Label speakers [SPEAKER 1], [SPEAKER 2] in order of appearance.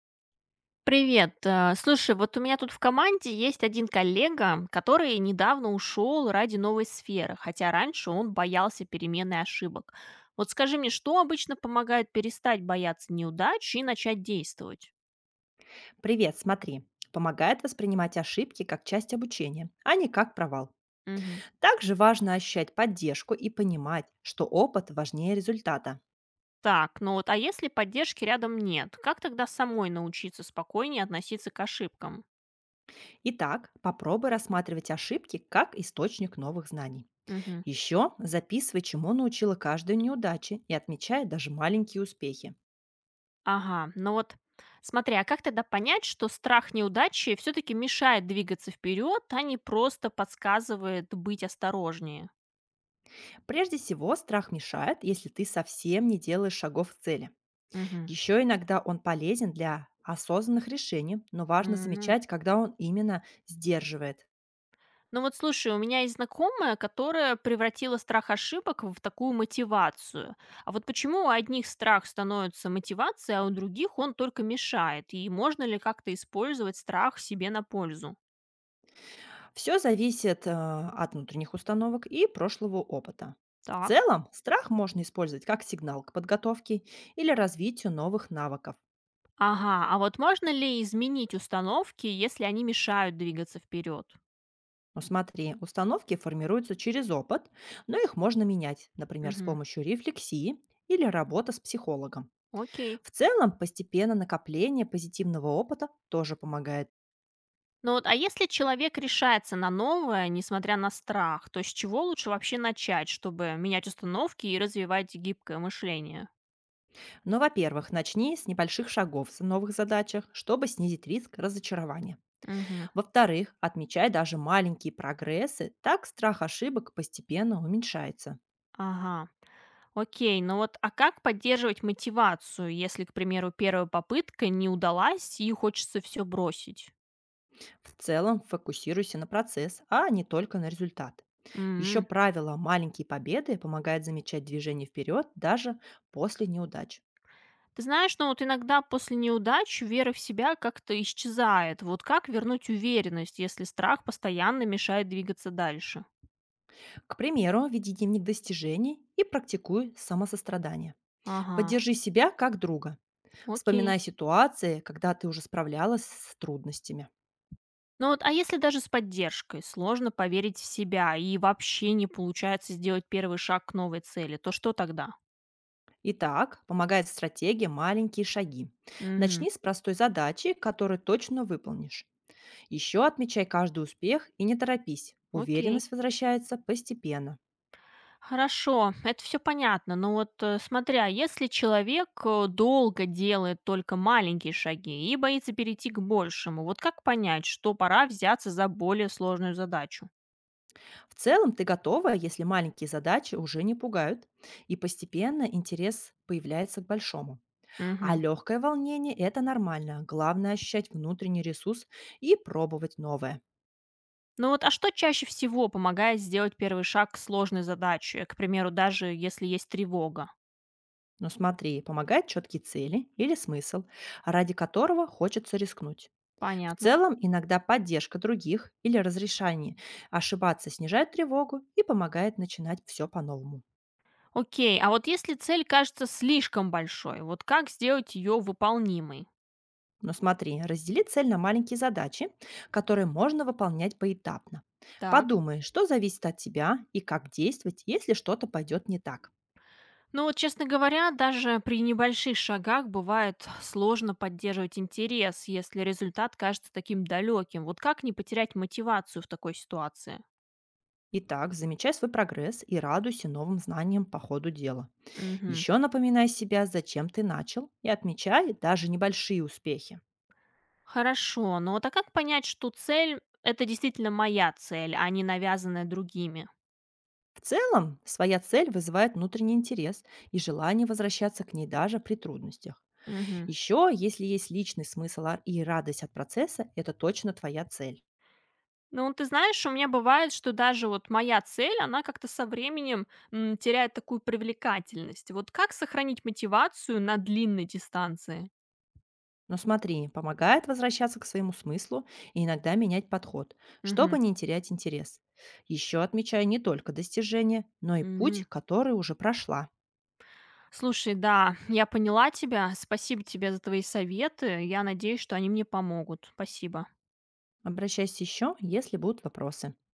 [SPEAKER 1] Привет. Слушай, вот у меня тут в команде есть один коллега, который недавно ушел ради новой сферы, хотя раньше он боялся перемены и ошибок. Вот скажи мне, что обычно помогает перестать бояться неудач и начать действовать?
[SPEAKER 2] Привет, смотри. Помогает воспринимать ошибки как часть обучения, а не как провал.
[SPEAKER 1] Мгм.
[SPEAKER 2] Также важно ощущать поддержку и понимать, что опыт важнее результата.
[SPEAKER 1] Так, ну вот, а если поддержки рядом нет, как тогда самой научиться спокойнее относиться к ошибкам?
[SPEAKER 2] Итак, попробуй рассматривать ошибки как источник новых знаний.
[SPEAKER 1] Мгм.
[SPEAKER 2] Еще записывай, чему научила каждая неудача и отмечай даже маленькие успехи.
[SPEAKER 1] Ага, ну вот, смотри, а как тогда понять, что страх неудачи все-таки мешает двигаться вперед, а не просто подсказывает быть осторожнее?
[SPEAKER 2] Прежде всего, страх мешает, если ты совсем не делаешь шагов к цели.
[SPEAKER 1] Мгм.
[SPEAKER 2] Еще иногда он полезен для осознанных решений, но важно
[SPEAKER 1] М.
[SPEAKER 2] замечать, когда он именно сдерживает.
[SPEAKER 1] Ну вот слушай, у меня есть знакомая, которая превратила страх ошибок в такую мотивацию. А вот почему у одних страх становится мотивацией, а у других он только мешает? И можно ли как-то использовать страх себе на пользу?
[SPEAKER 2] Все зависит от внутренних установок и прошлого опыта. В
[SPEAKER 1] Так.
[SPEAKER 2] целом, страх можно использовать как сигнал к подготовке или развитию новых навыков.
[SPEAKER 1] Ага, а вот можно ли изменить установки, если они мешают двигаться вперед?
[SPEAKER 2] Но смотри, установки формируются через опыт, но их можно менять, например, с
[SPEAKER 1] Мгм.
[SPEAKER 2] помощью рефлексии или работы с психологом.
[SPEAKER 1] Окей.
[SPEAKER 2] В целом, постепенно накопление позитивного опыта тоже помогает.
[SPEAKER 1] Ну вот, а если человек решается на новое, несмотря на страх, то с чего лучше вообще начать, чтобы менять установки и развивать гибкое мышление?
[SPEAKER 2] Но, во-первых, начни с небольших шагов в новых задачах, чтобы снизить риск разочарования.
[SPEAKER 1] Мгм.
[SPEAKER 2] Во-вторых, отмечай даже маленькие прогрессы, так страх ошибок постепенно уменьшается.
[SPEAKER 1] Ага. Окей, ну вот, а как поддерживать мотивацию, если, к примеру, первая попытка не удалась и хочется все бросить?
[SPEAKER 2] В целом фокусируйся на процесс, а не только на результат. Еще
[SPEAKER 1] М.
[SPEAKER 2] правило «маленькие победы» помогает замечать движение вперед даже после неудач.
[SPEAKER 1] Ты знаешь, ну вот иногда после неудач вера в себя как-то исчезает. Вот как вернуть уверенность, если страх постоянно мешает двигаться дальше?
[SPEAKER 2] К примеру, веди дневник достижений и практикуй самосострадание.
[SPEAKER 1] Ага,
[SPEAKER 2] Поддержи себя как друга.
[SPEAKER 1] окей.
[SPEAKER 2] Вспоминай ситуации, когда ты уже справлялась с трудностями.
[SPEAKER 1] Ну вот, а если даже с поддержкой сложно поверить в себя и вообще не получается сделать первый шаг к новой цели, то что тогда?
[SPEAKER 2] Итак, помогает стратегия «Маленькие шаги».
[SPEAKER 1] Мгм.
[SPEAKER 2] Начни с простой задачи, которую точно выполнишь. Еще отмечай каждый успех и не торопись.
[SPEAKER 1] Окей.
[SPEAKER 2] Уверенность возвращается постепенно.
[SPEAKER 1] Хорошо, это все понятно, но вот смотря, если человек долго делает только маленькие шаги и боится перейти к большему, вот как понять, что пора взяться за более сложную задачу?
[SPEAKER 2] В целом ты готова, если маленькие задачи уже не пугают, и постепенно интерес появляется к большому. А
[SPEAKER 1] Мгм.
[SPEAKER 2] легкое волнение– это нормально. Главное– ощущать внутренний ресурс и пробовать новое.
[SPEAKER 1] Ну вот, а что чаще всего помогает сделать первый шаг к сложной задаче, к примеру, даже если есть тревога?
[SPEAKER 2] Но смотри, помогает четкие цели или смысл, ради которого хочется рискнуть. В
[SPEAKER 1] Понятно.
[SPEAKER 2] целом, иногда поддержка других или разрешение ошибаться снижает тревогу и помогает начинать все по-новому.
[SPEAKER 1] Окей, а вот если цель кажется слишком большой, вот как сделать ее выполнимой?
[SPEAKER 2] Но смотри, раздели цель на маленькие задачи, которые можно выполнять поэтапно.
[SPEAKER 1] Так.
[SPEAKER 2] Подумай, что зависит от тебя и как действовать, если что-то пойдет не так.
[SPEAKER 1] Ну вот, честно говоря, даже при небольших шагах бывает сложно поддерживать интерес, если результат кажется таким далеким. Вот как не потерять мотивацию в такой ситуации?
[SPEAKER 2] Итак, замечай свой прогресс и радуйся новым знаниям по ходу дела.
[SPEAKER 1] Мгм.
[SPEAKER 2] Еще напоминай себя, зачем ты начал, и отмечай даже небольшие успехи.
[SPEAKER 1] Хорошо, но вот, а как понять, что цель– это действительно моя цель, а не навязанная другими?
[SPEAKER 2] В целом, своя цель вызывает внутренний интерес и желание возвращаться к ней даже при трудностях.
[SPEAKER 1] Мгм.
[SPEAKER 2] Еще, если есть личный смысл и радость от процесса, это точно твоя цель.
[SPEAKER 1] Ну, вот ты знаешь, у меня бывает, что даже вот моя цель, она как-то со временем теряет такую привлекательность. Вот как сохранить мотивацию на длинной дистанции?
[SPEAKER 2] Но смотри, помогает возвращаться к своему смыслу и иногда менять подход, чтобы
[SPEAKER 1] Мгм.
[SPEAKER 2] не терять интерес. Еще отмечаю не только достижения, но и путь,
[SPEAKER 1] Мгм.
[SPEAKER 2] который уже прошла.
[SPEAKER 1] Слушай, да, я поняла тебя. Спасибо тебе за твои советы. Я надеюсь, что они мне помогут. Спасибо.
[SPEAKER 2] Обращайся еще, если будут вопросы.